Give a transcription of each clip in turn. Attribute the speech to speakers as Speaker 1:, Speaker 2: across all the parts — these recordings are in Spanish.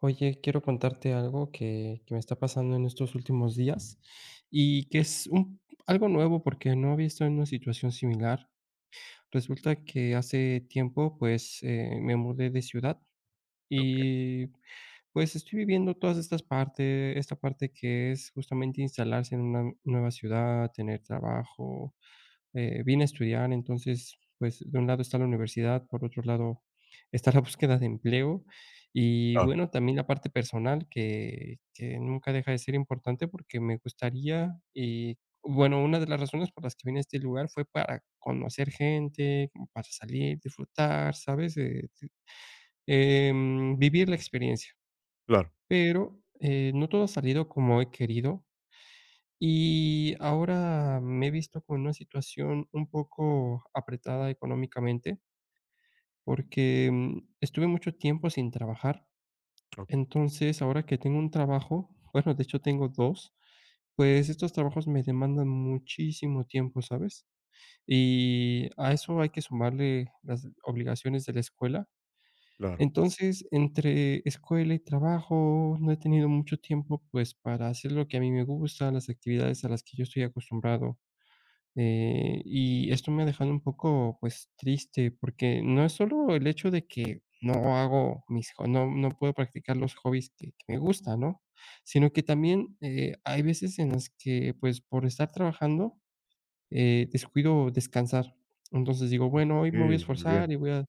Speaker 1: Oye, quiero contarte algo que me está pasando en estos últimos días y algo nuevo porque no había estado en una situación similar. Resulta que hace tiempo, pues, me mudé de ciudad y, pues, estoy viviendo todas estas partes esta parte, que es justamente instalarse en una nueva ciudad, tener trabajo, vine a estudiar. Entonces, pues, de un lado está la universidad, por otro lado está la búsqueda de empleo y,
Speaker 2: Claro,
Speaker 1: bueno, también la parte personal que nunca deja de ser importante, porque me gustaría y, bueno, una de las razones por las que vine a este lugar fue para conocer gente, como para salir, disfrutar, ¿sabes? Vivir la experiencia,
Speaker 2: claro,
Speaker 1: pero, no todo ha salido como he querido, y ahora me he visto con una situación un poco apretada económicamente, porque, estuve mucho tiempo sin trabajar.
Speaker 2: okey,
Speaker 1: Entonces, ahora que tengo un trabajo, bueno, de hecho tengo 2, pues estos trabajos me demandan muchísimo tiempo, ¿sabes? Y a eso hay que sumarle las obligaciones de la escuela.
Speaker 2: claro.
Speaker 1: Entonces, entre escuela y trabajo, no he tenido mucho tiempo, pues, para hacer lo que a mí me gusta, las actividades a las que yo estoy acostumbrado. Y esto me ha dejado un poco, pues, triste, porque no es solo el hecho de que no hago mis ho no no puedo practicar los hobbies que me gusta, ¿no? Sino que también, hay veces en las que, pues, por estar trabajando descuido descansar. Entonces digo, bueno, hoy
Speaker 2: Sí,
Speaker 1: me voy a
Speaker 2: muy
Speaker 1: esforzar
Speaker 2: bien,
Speaker 1: y voy a,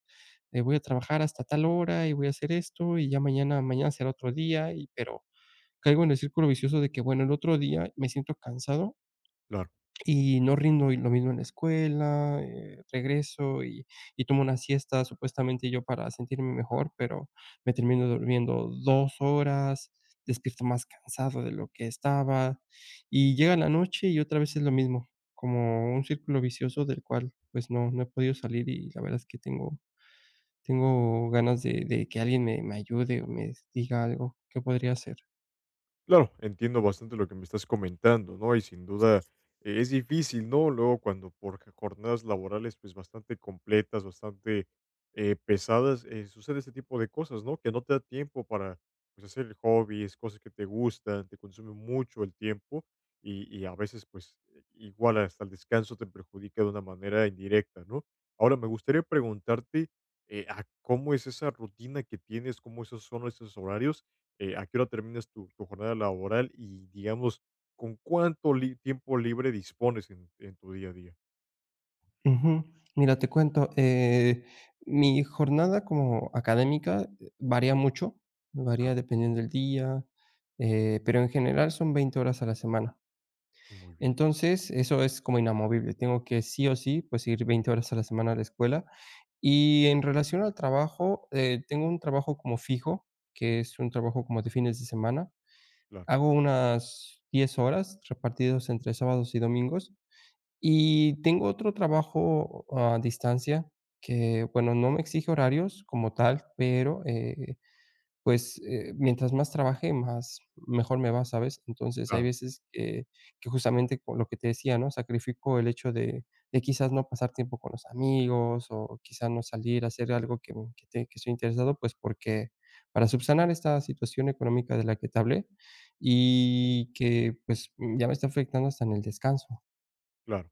Speaker 1: eh, voy a trabajar hasta tal hora y voy a hacer esto y ya mañana será otro día, pero caigo en el círculo vicioso de que, bueno, el otro día me siento cansado
Speaker 2: claro.
Speaker 1: y no rindo, y lo mismo en la escuela. Regreso y tomo una siesta supuestamente yo para sentirme mejor, pero me termino durmiendo 2 horas, despierto más cansado de lo que estaba, y llega la noche y otra vez es lo mismo, como un círculo vicioso del cual, pues, no he podido salir, y la verdad es que tengo ganas de que alguien me ayude o me diga algo. ¿Qué podría hacer?
Speaker 2: Claro, entiendo bastante lo que me estás comentando, ¿no? Y sin duda, es difícil, ¿no? Luego cuando por jornadas laborales, pues bastante completas, bastante pesadas, sucede este tipo de cosas, ¿no? Que no te da tiempo para, pues, hacer hobbies, cosas que te gustan, te consume mucho el tiempo, y a veces, pues, igual hasta el descanso te perjudica de una manera indirecta, ¿no? Ahora me gustaría preguntarte a cómo es esa rutina que tienes, cómo esos son esos horarios, a qué hora terminas tu jornada laboral y, digamos, con cuánto tiempo libre dispones en tu día a día.
Speaker 1: Ujú. Mira, te cuento, mi jornada como académica varía mucho,
Speaker 2: Claro,
Speaker 1: varía dependiendo del día, pero en general son 20 horas a la semana.
Speaker 2: muy bien,
Speaker 1: Entonces, eso es como inamovible. Tengo que, sí o sí, pues, ir 20 horas a la semana a la escuela. Y en relación al trabajo, tengo un trabajo como fijo, que es un trabajo como de fines de semana.
Speaker 2: claro,
Speaker 1: Hago unas 10 horas repartidos entre sábados y domingos. Y tengo otro trabajo a distancia que, bueno, no me exige horarios como tal, pero, mientras más trabaje, más mejor me va, ¿sabes? Entonces, hay
Speaker 2: claro,
Speaker 1: veces que, justamente con lo que te decía, ¿no?, sacrifico el hecho de quizás no pasar tiempo con los amigos o quizás no salir a hacer algo que me que te que estoy interesado, pues, porque para subsanar esta situación económica de la que te hablé y que, pues, ya me está afectando hasta en el descanso.
Speaker 2: claro,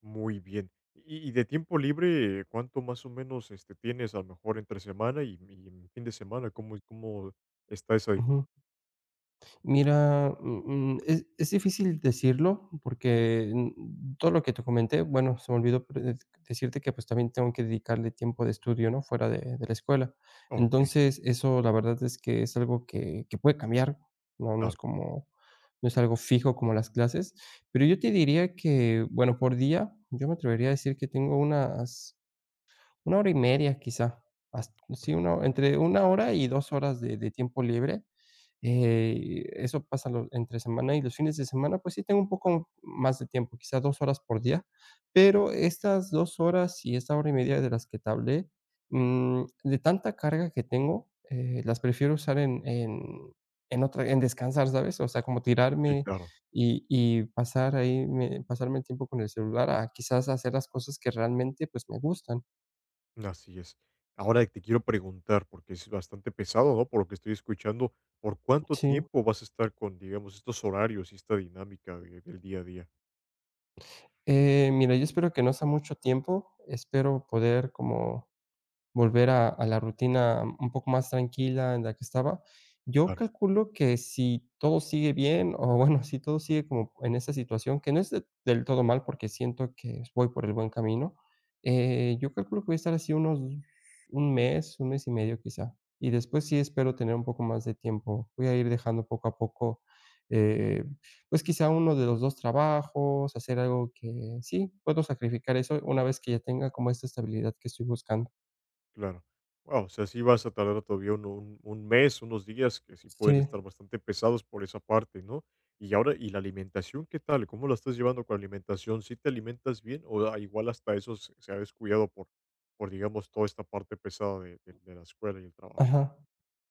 Speaker 2: muy bien. Y de tiempo libre, ¿cuánto más o menos, tienes a lo mejor entre semana y en fin de semana? ¿Cómo está esa?
Speaker 1: Ujú. Mira, es difícil decirlo porque, todo lo que te comenté, bueno, se me olvidó pre dec decirte que, pues, también tengo que dedicarle tiempo de estudio, ¿no?, fuera de la escuela.
Speaker 2: Ok,
Speaker 1: Entonces, eso, la verdad, es que es algo que puede cambiar, no
Speaker 2: claro.
Speaker 1: es como no es algo fijo, como las clases, pero yo te diría que, bueno, por día, yo me atrevería a decir que tengo una hora y media, quizá. Has Sí,
Speaker 2: Ahorita,
Speaker 1: uno, entre una hora y 2 horas de tiempo libre. Eso pasa lo Entre semana y los fines de semana, pues sí tengo un poco más de tiempo, quizá 2 horas por día, pero estas 2 horas y esta hora y media de las que te hablé, de tanta carga que tengo, las prefiero usar en descansar, ¿sabes? O sea, como
Speaker 2: sí,
Speaker 1: tirarme
Speaker 2: claro.
Speaker 1: y pasar ahí, me pasarme el tiempo con el celular a quizás hacer las cosas que realmente, pues, me gustan.
Speaker 2: Así es. Ahora te quiero preguntar, porque es bastante pesado, ¿no? Por lo que estoy escuchando, ¿por cuánto
Speaker 1: Sí,
Speaker 2: tiempo vas a estar con, digamos, estos horarios y esta dinámica del día a día?
Speaker 1: mira, yo espero que no sea mucho tiempo, espero poder como volver a la rutina un poco más tranquila en la que estaba. Yo
Speaker 2: Claro,
Speaker 1: calculo que, si todo sigue bien, o bueno, si todo sigue como en esa situación, que no es de del todo mal, porque siento que voy por el buen camino, yo calculo que voy a estar así unos un mes y medio, quizá. Y después sí espero tener un poco más de tiempo. Voy a ir dejando poco a poco, eh, pues, quizá uno de los 2 trabajos. Hacer algo que sí, puedo sacrificar eso una vez que ya tenga como esta estabilidad que estoy buscando.
Speaker 2: claro. Wow, o sea, sí vas a tardar todavía un mes, unos días que sí pueden
Speaker 1: Sí,
Speaker 2: estar bastante pesados por esa parte, ¿no? Y ahora, ¿y la alimentación qué tal? ¿Cómo la estás llevando con la alimentación? ¿Sí te alimentas bien o igual hasta eso se ha descuidado por, digamos, toda esta parte pesada de la escuela y el trabajo?
Speaker 1: ajá.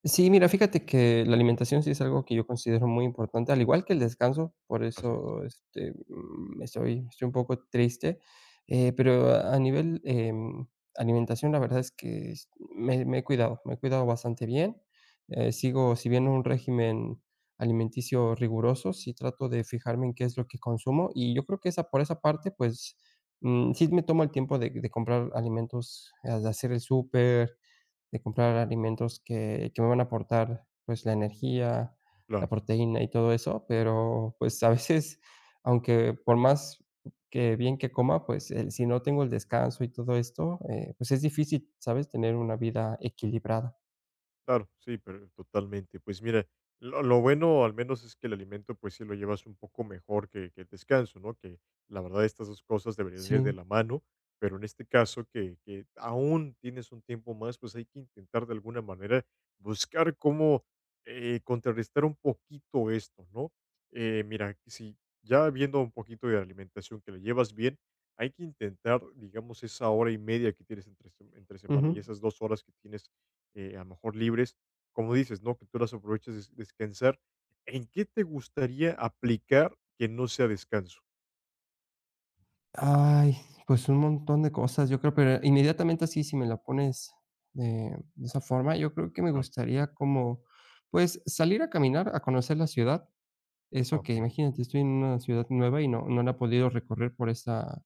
Speaker 1: Sí, mira, fíjate que la alimentación sí es algo que yo considero muy importante, al igual que el descanso. Por
Speaker 2: Así es.
Speaker 1: eso, este, estoy un poco triste, pero a nivel, alimentación, la verdad es que s me he cuidado, me he cuidado bastante bien. Sigo, si bien, un régimen alimenticio riguroso, sí trato de fijarme en qué es lo que consumo, y yo creo que esa por esa parte, pues, sí me tomo el tiempo de comprar alimentos, ah, de hacer el súper, de comprar alimentos que me van a aportar, pues, la energía, la
Speaker 2: Claro.
Speaker 1: proteína y todo eso. Pero, pues, a veces, aunque por más que bien que coma, pues, el si no tengo el descanso y todo esto, pues, es difícil, ¿sabes?, tener una vida equilibrada.
Speaker 2: Claro, sí, pero totalmente. Pues mira, lo bueno al menos es que el alimento, pues sí, lo llevas un poco mejor que el descanso, ¿no? Que la verdad estas dos cosas deberían ir de
Speaker 1: Sí.
Speaker 2: la mano, pero en este caso que aún tienes un tiempo más, pues hay que intentar de alguna manera buscar cómo contrarrestar un poquito esto, ¿no? Mira, si ya viendo un poquito de alimentación que le llevas bien, hay que intentar, digamos, esa hora y media que tienes entre semana y
Speaker 1: Ujú.
Speaker 2: esas dos horas que tienes a lo mejor libres, como dices, ¿no? Que tú las aproveches descansar. ¿En qué te gustaría aplicar que no sea descanso?
Speaker 1: Ay, pues, un montón de cosas, yo creo, pero inmediatamente así, si me la pones de esa forma, yo creo que me
Speaker 2: Claro.
Speaker 1: gustaría como, pues, salir a caminar, a conocer la ciudad. Eso,
Speaker 2: Ok,
Speaker 1: que imagínate, estoy en una ciudad nueva y no la he podido recorrer por esta,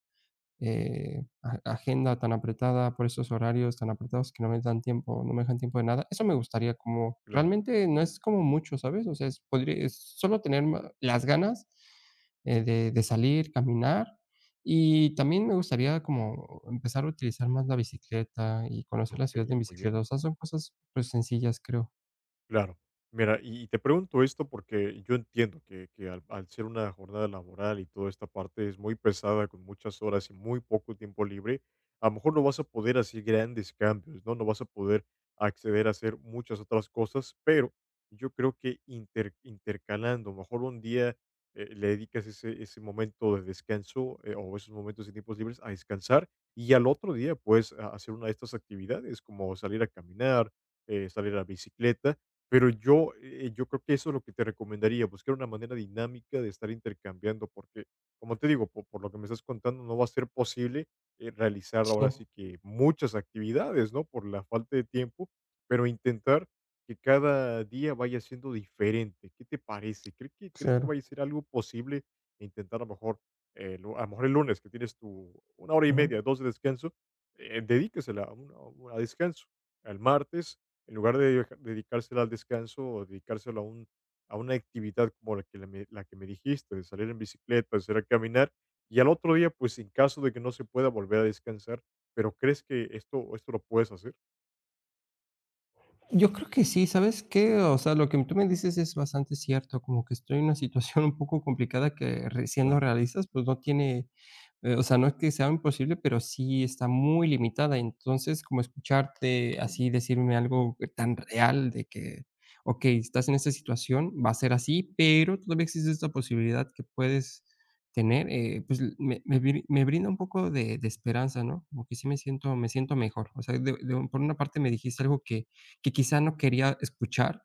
Speaker 1: a agenda tan apretada, por esos horarios tan apretados que no me dan tiempo, no me dejan tiempo de nada. Eso me gustaría, como,
Speaker 2: claro,
Speaker 1: realmente no es como mucho, ¿sabes? O sea, es podría es solo tener ma las ganas, de salir, caminar. Y también me gustaría como empezar a utilizar más la bicicleta y conocer la
Speaker 2: ok,
Speaker 1: ciudad en
Speaker 2: muy
Speaker 1: bicicleta.
Speaker 2: bien.
Speaker 1: O sea, son cosas, pues, sencillas, creo.
Speaker 2: Claro. Mira, y te pregunto esto porque yo entiendo que al ser una jornada laboral y toda esta parte es muy pesada, con muchas horas y muy poco tiempo libre, a lo mejor no vas a poder hacer grandes cambios, ¿no? No vas a poder acceder a hacer muchas otras cosas, pero yo creo que intercalando, a lo mejor un día, le dedicas ese momento de descanso, o esos momentos de tiempos libres a descansar, y al otro día puedes ha hacer una de estas actividades, como salir a caminar, salir a la bicicleta. Pero yo creo que eso es lo que te recomendaría, buscar una manera dinámica de estar intercambiando, porque, como te digo, por, lo que me estás contando, no va a ser posible realizar ahora
Speaker 1: Sí,
Speaker 2: sí que muchas actividades, ¿no? Por la falta de tiempo, pero intentar que cada día vaya siendo diferente. ¿Qué te parece? ¿Crees que
Speaker 1: claro.
Speaker 2: vaya a ser algo posible e intentar a lo mejor, el lunes que tienes tu una hora y
Speaker 1: Ajá.
Speaker 2: media, dos de descanso, dedícasela a descanso. Al martes, en lugar de dedicársela al descanso o dedicárselo a una actividad como la que me dijiste, de salir en bicicleta, de salir a caminar, y al otro día, pues, en caso de que no se pueda, volver a descansar, pero crees que esto lo puedes hacer.
Speaker 1: Yo creo que sí, ¿sabes qué? O sea, lo que tú me dices es bastante cierto, como que estoy en una situación un poco complicada que siendo
Speaker 2: Claro,
Speaker 1: realistas, pues no tiene, o sea, no es que sea imposible, pero sí está muy limitada. Entonces, como escucharte así decirme algo tan real de que, okey, estás en esta situación, va a ser así, pero todavía existe esta posibilidad que puedes tener, pues, me brinda un poco de esperanza, ¿no? Como que sí me siento mejor. O sea, por una parte me dijiste algo que quizá no quería escuchar,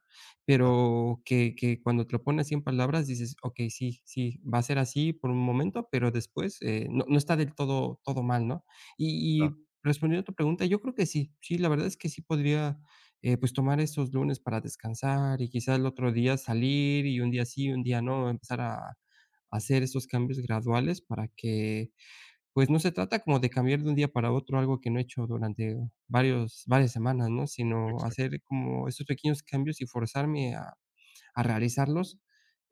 Speaker 2: claro,
Speaker 1: pero que cuando te lo pones así en palabras dices: "Okey, sí, sí, va a ser así por un momento, pero después, no no está del todo todo mal", ¿no? Y
Speaker 2: claro,
Speaker 1: y respondiendo a tu pregunta, yo creo que sí. Sí, la verdad es que sí podría, pues, tomar esos lunes para descansar y quizás el otro día salir y un día sí, un día no, empezar a hacer esos cambios graduales para que, pues, no se trata como de cambiar de un día para otro algo que no he hecho durante varios varias semanas, ¿no? Sino
Speaker 2: exacto,
Speaker 1: hacer como esos pequeños cambios y forzarme a realizarlos.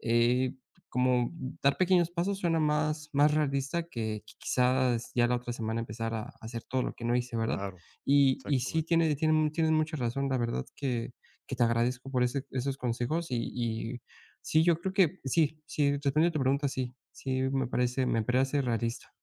Speaker 1: Eh, como Dar pequeños pasos suena más realista que quizás ya la otra semana empezar a hacer todo lo que no hice, ¿verdad?
Speaker 2: claro,
Speaker 1: Y sí,
Speaker 2: exactamente.
Speaker 1: tienes mucha razón, la verdad, que te agradezco por ese esos consejos. Y sí, yo creo que sí. Sí, respondiendo a tu pregunta, sí, sí me parece realista.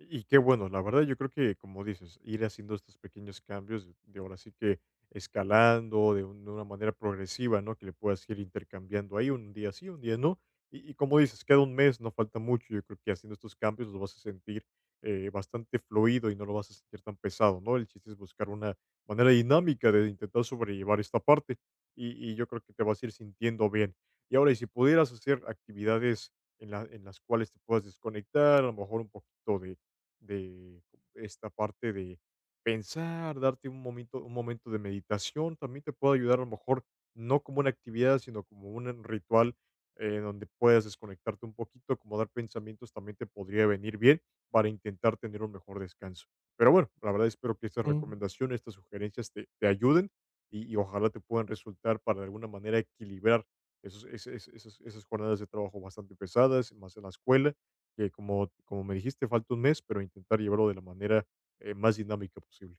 Speaker 2: Y qué bueno, la verdad yo creo que, como dices, ir haciendo estos pequeños cambios, de ahora sí que escalando de una manera progresiva, ¿no? Que le puedas ir intercambiando ahí un día sí, un día no. Y como dices, queda un mes, no falta mucho. Yo creo que haciendo estos cambios lo vas a sentir bastante fluido y no lo vas a sentir tan pesado, ¿no? El chiste es buscar una manera dinámica de intentar sobrellevar esta parte y yo creo que te vas a ir sintiendo bien. Y ahora, y si pudieras hacer actividades en las cuales te puedas desconectar, a lo mejor un poquito de de esta parte de pensar, darte un momento de meditación, también te puede ayudar, a lo mejor no como una actividad, sino como un ritual, donde puedas desconectarte un poquito, acomodar pensamientos, también te podría venir bien para intentar tener un mejor descanso. Pero bueno, la verdad espero que estas
Speaker 1: Sí.
Speaker 2: recomendaciones, estas sugerencias te ayuden y ojalá te puedan resultar para de alguna manera equilibrar esos, es- esas esas jornadas de trabajo bastante pesadas, más en la escuela, que como me dijiste, falta un mes, pero intentar llevarlo de la manera más dinámica posible.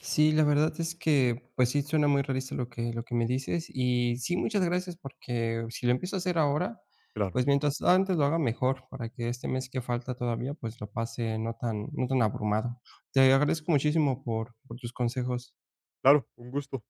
Speaker 1: Sí, la verdad es que, pues sí, suena muy realista lo que me dices. Y sí, muchas gracias, porque si lo empiezo a hacer ahora,
Speaker 2: Claro,
Speaker 1: pues mientras antes lo haga, mejor, para que este mes que falta todavía, pues lo pase no tan abrumado. Te agradezco
Speaker 2: exactamente.
Speaker 1: muchísimo por tus consejos.
Speaker 2: Claro, un gusto.